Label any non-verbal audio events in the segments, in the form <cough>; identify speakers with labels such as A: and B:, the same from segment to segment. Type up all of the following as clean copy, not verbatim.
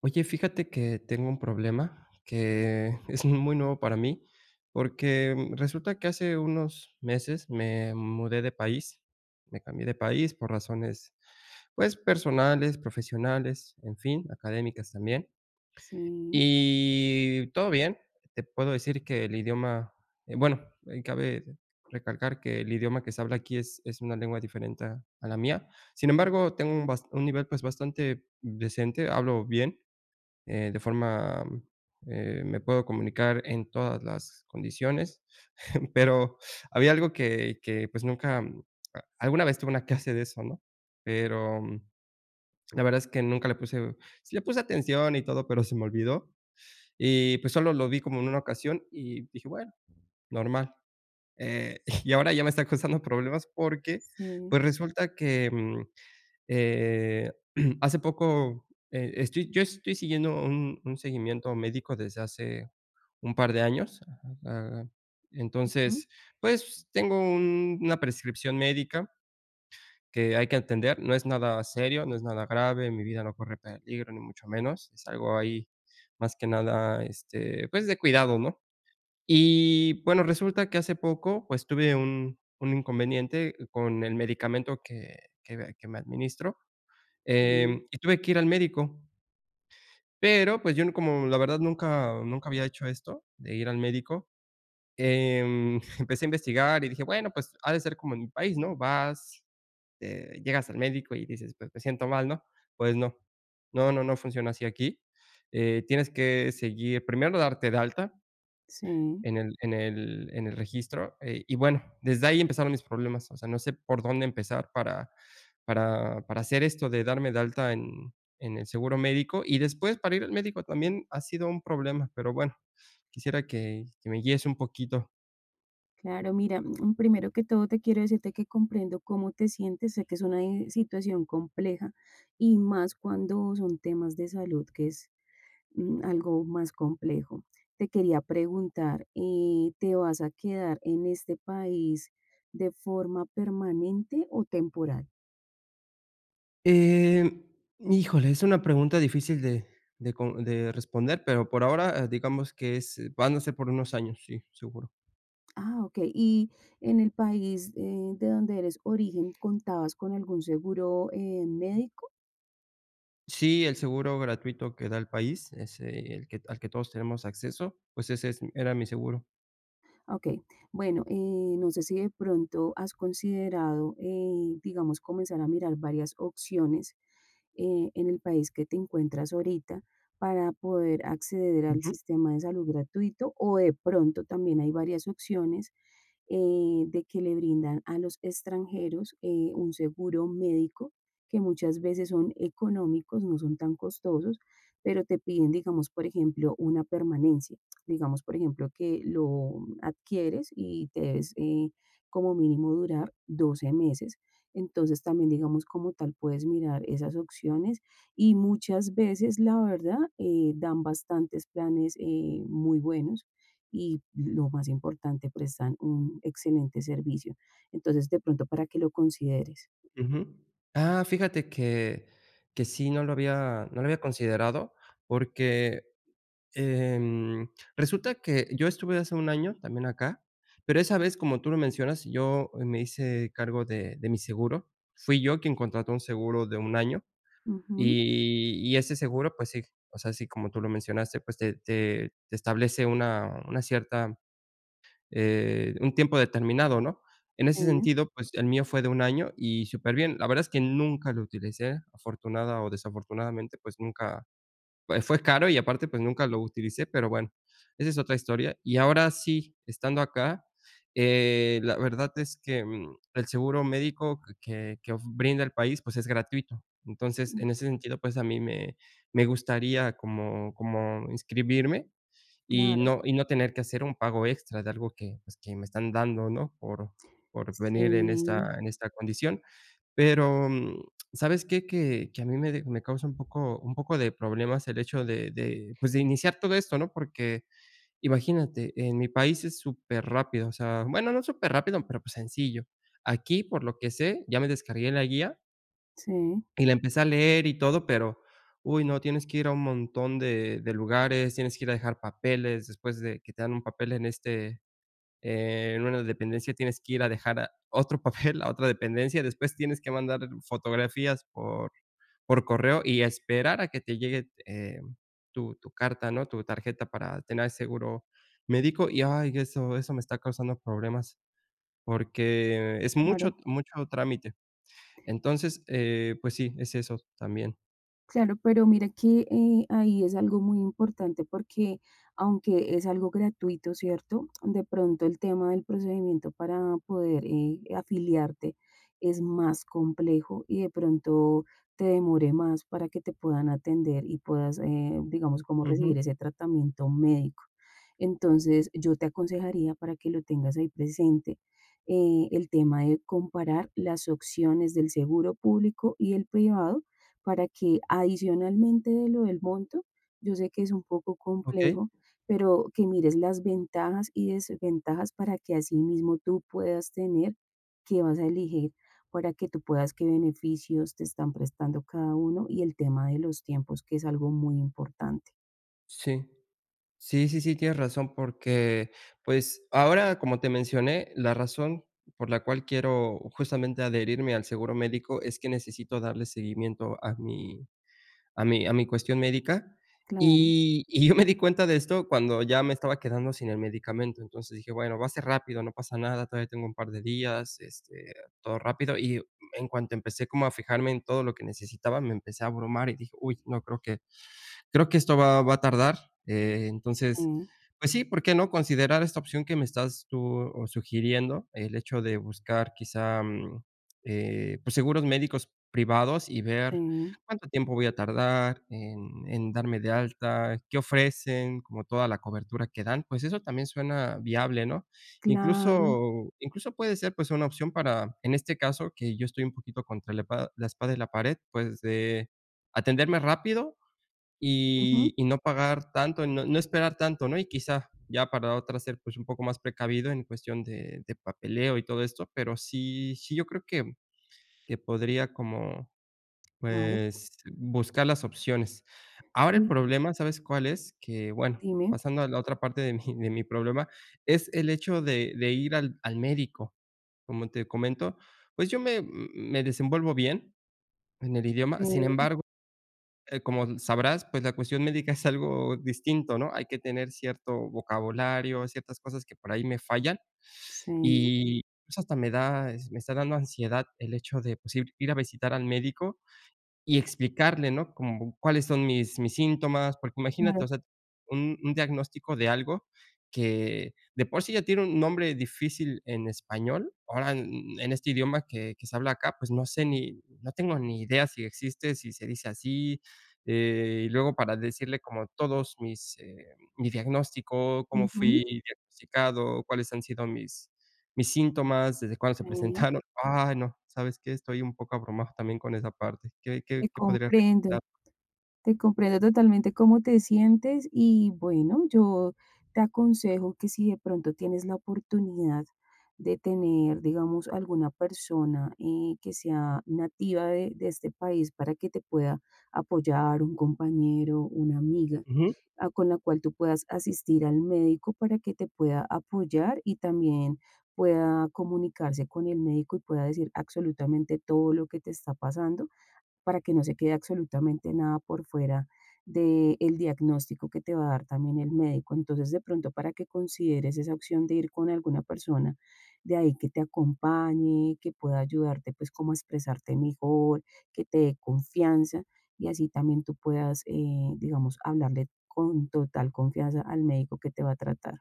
A: Oye, fíjate que tengo un problema que <laughs> es muy nuevo para mí, porque resulta que hace unos meses me mudé de país, me cambié de país por razones, pues, personales, profesionales, en fin, académicas también.
B: Sí,
A: Y todo bien, te puedo decir que el idioma, bueno, cabe recalcar que el idioma que se habla aquí es una lengua diferente a la mía. Sin embargo, tengo un, un nivel pues bastante decente, hablo bien de forma, me puedo comunicar en todas las condiciones, <laughs> pero había algo que, pues, nunca mm, a alguna vez tuve una <laughs> clase de eso, ¿no? Pero la verdad es que nunca le puse sí le puse atención y todo, pero se me olvidó, y, pues, solo lo vi como en una ocasión y dije: "Bueno, normal". <laughs> Y ahora ya me está causando problemas porque,
B: sí,
A: pues, resulta que, eh, <clears throat> hace poco, estoy yo estoy siguiendo un seguimiento médico desde hace un par de años. Ah,
B: ujú,
A: entonces, pues, tengo un una prescripción médica que hay que atender. No es nada serio, no es nada grave, mi vida no corre peligro, ni mucho menos. Es algo ahí, más que nada, este, pues, de cuidado, ¿no? Y, bueno, resulta que hace poco, pues, tuve un inconveniente con el medicamento que que me administro.
B: a ver,
A: Y tuve que ir al médico, pero, pues, yo no como la verdad nunca había hecho esto de ir al médico, em, <laughs> empecé a investigar y dije: "Bueno, pues, ha de ser como en mi país, ¿no?". Vas, llegas al médico y dices: "Pues, me siento mal", ¿no? Pues no. No, no, no funciona así aquí. Tienes que seguir primero darte de alta
B: sí,
A: en el registro, y bueno, desde ahí empezaron mis problemas, o sea, no sé por dónde empezar para hacer esto de darme de alta en el seguro médico, y después para ir al médico también ha sido un problema, pero bueno, quisiera que me guíes un poquito.
B: claro, mira, primero que todo te quiero decirte que comprendo cómo te sientes, sé que es una situación compleja y más cuando son temas de salud, que es algo más complejo. Te quería preguntar, ¿te vas a quedar en este país de forma permanente o temporal?
A: Eh, híjole, es una pregunta difícil de con de responder, pero por ahora, digamos que es van a ser por unos años, sí, seguro.
B: Ah, ok. ¿Y en el país de donde eres origen, contabas con algún seguro médico?
A: Sí, el seguro gratuito que da el país, ese, el que al que todos tenemos acceso, pues ese es era mi seguro.
B: Ok. Bueno, no sé si de pronto has considerado, digamos, comenzar a mirar varias opciones, en el país que te encuentras ahorita para poder acceder al
A: Ujú,
B: sistema de salud gratuito, o de pronto también hay varias opciones, de que le brindan a los extranjeros, un seguro médico que muchas veces son económicos, no son tan costosos, pero te piden, digamos, por ejemplo, una permanencia digamos, por ejemplo, que lo adquieres y te debes como mínimo durar 12 meses. Entonces también, digamos, como tal, puedes mirar esas opciones y muchas veces, la verdad, dan bastantes planes muy buenos y lo más importante, prestan un excelente servicio. Entonces, de pronto, para que lo consideres.
A: ujú. Ah, fíjate que sí, no lo había considerado, porque, em, resulta que yo estuve hace un año también acá, pero esa vez, como tú lo mencionas, yo me hice cargo de mi seguro. Fui yo quien contrató un seguro de un año.
B: Ujú,
A: Y ese seguro, pues sí, o sea, sí, como tú lo mencionaste, pues te establece una cierta, un tiempo determinado, ¿no? En ese
B: sí,
A: sentido, pues el mío fue de un año y súper bien. La verdad es que nunca lo utilicé, afortunada o desafortunadamente, pues nunca fue caro y aparte, pues, nunca lo utilicé, pero bueno, esa es otra historia. Y ahora sí, estando acá, la verdad es que, el seguro médico que of brinda el país, pues, es gratuito. Entonces,
B: mm,
A: en ese sentido, pues, a mí me gustaría como como inscribirme y
B: claro,
A: no tener que hacer un pago extra de algo que, pues, que me están dando, ¿no? Por venir en
B: sí,
A: esta condición. Pero, ¿sabes qué? Que a mí me causa un poco de problemas el hecho de, pues, de iniciar todo esto, ¿no? Porque imagínate, en mi país es súper rápido, o sea, bueno, no súper rápido, pero, pues, sencillo. Aquí, por lo que sé, ya me descargué la guía
B: sí,
A: y la empecé a leer y todo, pero, uy, no, tienes que ir a un montón de lugares, tienes que ir a dejar papeles, después de que te dan un papel en este en una dependencia tienes que ir a dejar otro <laughs> papel a otra dependencia, después tienes que mandar fotografías por correo y esperar a que te llegue tu carta, ¿no? Tu tarjeta para tener seguro médico y ay, eso me está causando problemas porque es
B: claro.
A: mucho, mucho trámite. Entonces, pues sí, es eso también.
B: Claro, pero mira que ahí es algo muy importante porque aunque es algo gratuito, ¿cierto? De pronto el tema del procedimiento para poder afiliarte es más complejo y de pronto te demore más para que te puedan atender y puedas, digamos, como
A: Ujú,
B: recibir ese tratamiento médico. Entonces, yo te aconsejaría para que lo tengas ahí presente. El tema de comparar las opciones del seguro público y el privado para que adicionalmente de lo del monto, yo sé que es un poco
A: ok,
B: complejo, pero que mires las ventajas y desventajas para que así mismo tú puedas tener qué vas a elegir, para que tú puedas qué beneficios te están prestando cada uno y el tema de los tiempos, que es algo muy importante.
A: sí. Sí, sí, sí, tienes razón, porque, pues, ahora, como te mencioné, la razón por la cual quiero justamente adherirme al seguro médico es que necesito darle seguimiento a mi a mi cuestión médica,
B: Claro,
A: y yo me di cuenta de esto cuando ya me estaba quedando sin el medicamento. Entonces dije: "Bueno, va a ser rápido, no pasa nada, todavía tengo un par de días, este, todo rápido". Y en cuanto empecé como a fijarme en todo lo que necesitaba, me empecé a abrumar y dije: "Uy, no, creo que esto va a tardar. Entonces,
B: sí,
A: pues sí, ¿por qué no considerar esta opción que me estás tú o sugiriendo? El hecho de buscar quizá pues seguros médicos privados y ver
B: sí,
A: cuánto tiempo voy a tardar en darme de alta, qué ofrecen, como toda la cobertura que dan, pues eso también suena viable, ¿no?
B: claro,
A: Incluso puede ser pues una opción para, en este caso, que yo estoy un poquito contra la, la espada y la pared, pues de atenderme rápido y
B: ujú,
A: no pagar tanto, no esperar tanto, ¿no? Y quizá ya para otra ser, pues, un poco más precavido en cuestión de papeleo y todo esto, pero sí, yo creo que podría como,
B: claro,
A: pues, buscar las opciones. Ahora el
B: sí,
A: problema, ¿sabes cuál es? Que, bueno,
B: dime,
A: pasando a la otra parte de mi problema, es el hecho de ir al médico. Como te comento, pues, yo me desenvuelvo bien en el idioma, sin
B: sí,
A: embargo como sabrás, pues la cuestión médica es algo distinto, ¿no? Hay que tener cierto vocabulario, ciertas cosas que por ahí me fallan
B: sí,
A: y, pues, hasta me da, es me está dando ansiedad el hecho de, pues, ir a visitar al médico y explicarle, ¿no? Como cuáles son mis síntomas, porque imagínate,
B: claro,
A: o sea, un diagnóstico de algo que de por sí ya tiene un nombre difícil en español, ahora en este idioma que se habla acá, pues no sé ni no tengo ni idea si existe, si se dice así, y luego para decirle como todos mis, mi diagnóstico, cómo
B: ujú,
A: fui diagnosticado, cuáles han sido mis síntomas, desde cuándo se
B: sí,
A: presentaron. Ay, no, ¿sabes qué? Estoy un poco abrumado también con esa parte. ¿Qué qué
B: te
A: qué podrías
B: comprendo.
A: recomendar?
B: Te comprendo totalmente cómo te sientes y bueno, yo te aconsejo que si de pronto tienes la oportunidad de tener, digamos, alguna persona que sea nativa de este país para que te pueda apoyar, un compañero, una amiga, ah, con la cual tú puedas asistir al médico para que te pueda apoyar y también pueda comunicarse con el médico y pueda decir absolutamente todo lo que te está pasando para que no se quede absolutamente nada por fuera del diagnóstico que te va a dar también el médico. Entonces, de pronto, para que consideres esa opción de ir con alguna persona de ahí que te acompañe, que pueda ayudarte pues como a expresarte mejor, que te dé confianza y así también tú puedas, digamos, hablarle con total confianza al médico que te va a tratar.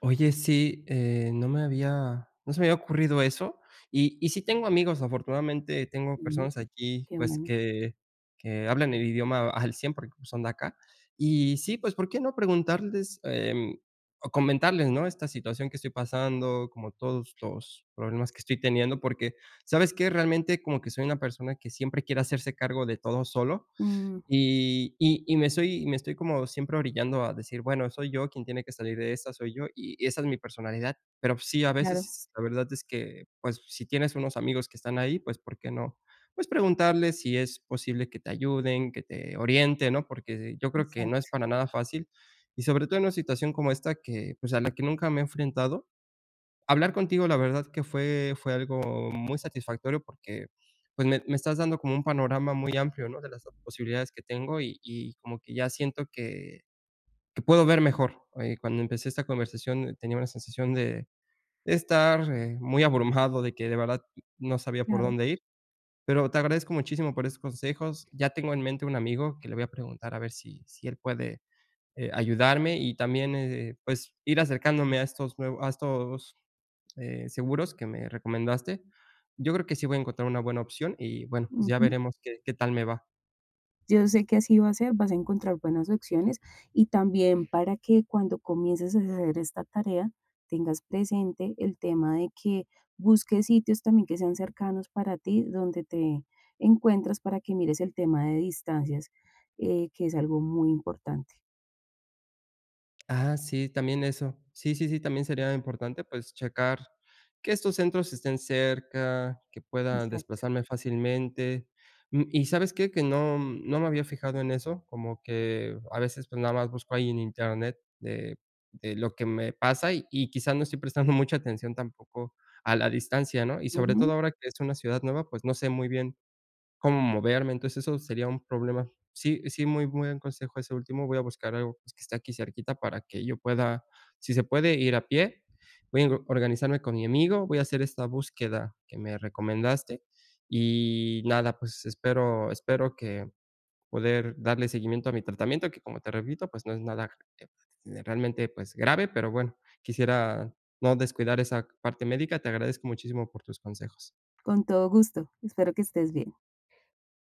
A: Oye, sí, no se me había ocurrido eso. Y sí tengo amigos, afortunadamente, tengo
B: Ujú,
A: personas aquí,
B: qué
A: pues,
B: bueno.
A: que hablan el idioma al 100% porque pues, son de acá. Y sí, pues, ¿por qué no preguntarles, o comentarles, no? Esta situación que estoy pasando, como todos los problemas que estoy teniendo, porque, ¿sabes qué? Realmente como que soy una persona que siempre quiere hacerse cargo de todo solo,
B: Mm,
A: y me estoy como siempre orillando a decir: "Bueno, soy yo quien tiene que salir de esta, soy yo, y esa es mi personalidad". Pero sí, a
B: claro,
A: veces la verdad es que, pues, si tienes unos amigos que están ahí, pues, ¿por qué no? Pues, preguntarles si es posible que te ayuden, que te orienten, ¿no? Porque yo creo que no es
B: exacto,
A: para nada fácil, y sobre todo en una situación como esta que, pues, a la que nunca me he enfrentado hablar contigo, la verdad que fue algo muy satisfactorio porque, pues, me estás dando como un panorama muy amplio, ¿no?, de las posibilidades que tengo y como que ya siento que puedo ver mejor. Cuando empecé esta conversación tenía una sensación de estar, muy abrumado, de que de verdad no sabía por
B: claro.
A: dónde ir, pero te agradezco muchísimo por esos consejos. Ya tengo en mente un amigo que le voy a preguntar a ver si él puede, ayudarme y también, pues, ir acercándome a estos nuevos a estos seguros que me recomendaste, yo creo que sí voy a encontrar una buena opción y bueno, pues ya
B: Ujú.
A: veremos qué, qué tal me va.
B: Yo sé que así va a ser, vas a encontrar buenas opciones y también para que cuando comiences a hacer esta tarea tengas presente el tema de que busques sitios también que sean cercanos para ti, donde te encuentras para que mires el tema de distancias, que es algo muy importante.
A: Ah, sí, también eso. Sí, sí, sí, también sería importante pues checar que estos centros estén cerca, que pueda
B: Exacto.
A: desplazarme fácilmente. Y sabes qué, que no, no me había fijado en eso, como que a veces pues nada más busco ahí en internet de lo que me pasa y quizá no estoy prestando <laughs> mucha atención tampoco a la distancia, ¿no? Y sobre
B: Ujú.
A: todo ahora que es una ciudad nueva, pues no sé muy bien cómo moverme, entonces eso sería un problema. Sí, sí, muy buen consejo ese último. Voy a buscar algo, pues, que esté aquí cerquita para que yo pueda, si se puede, ir a pie. Voy a organizarme con mi amigo, voy a hacer esta búsqueda que me recomendaste y nada, pues espero que poder darle seguimiento a mi tratamiento, que como te repito, pues no es nada realmente, pues grave, pero bueno, quisiera no descuidar esa parte médica. Te agradezco muchísimo por tus consejos.
B: Con todo gusto. Espero que estés bien.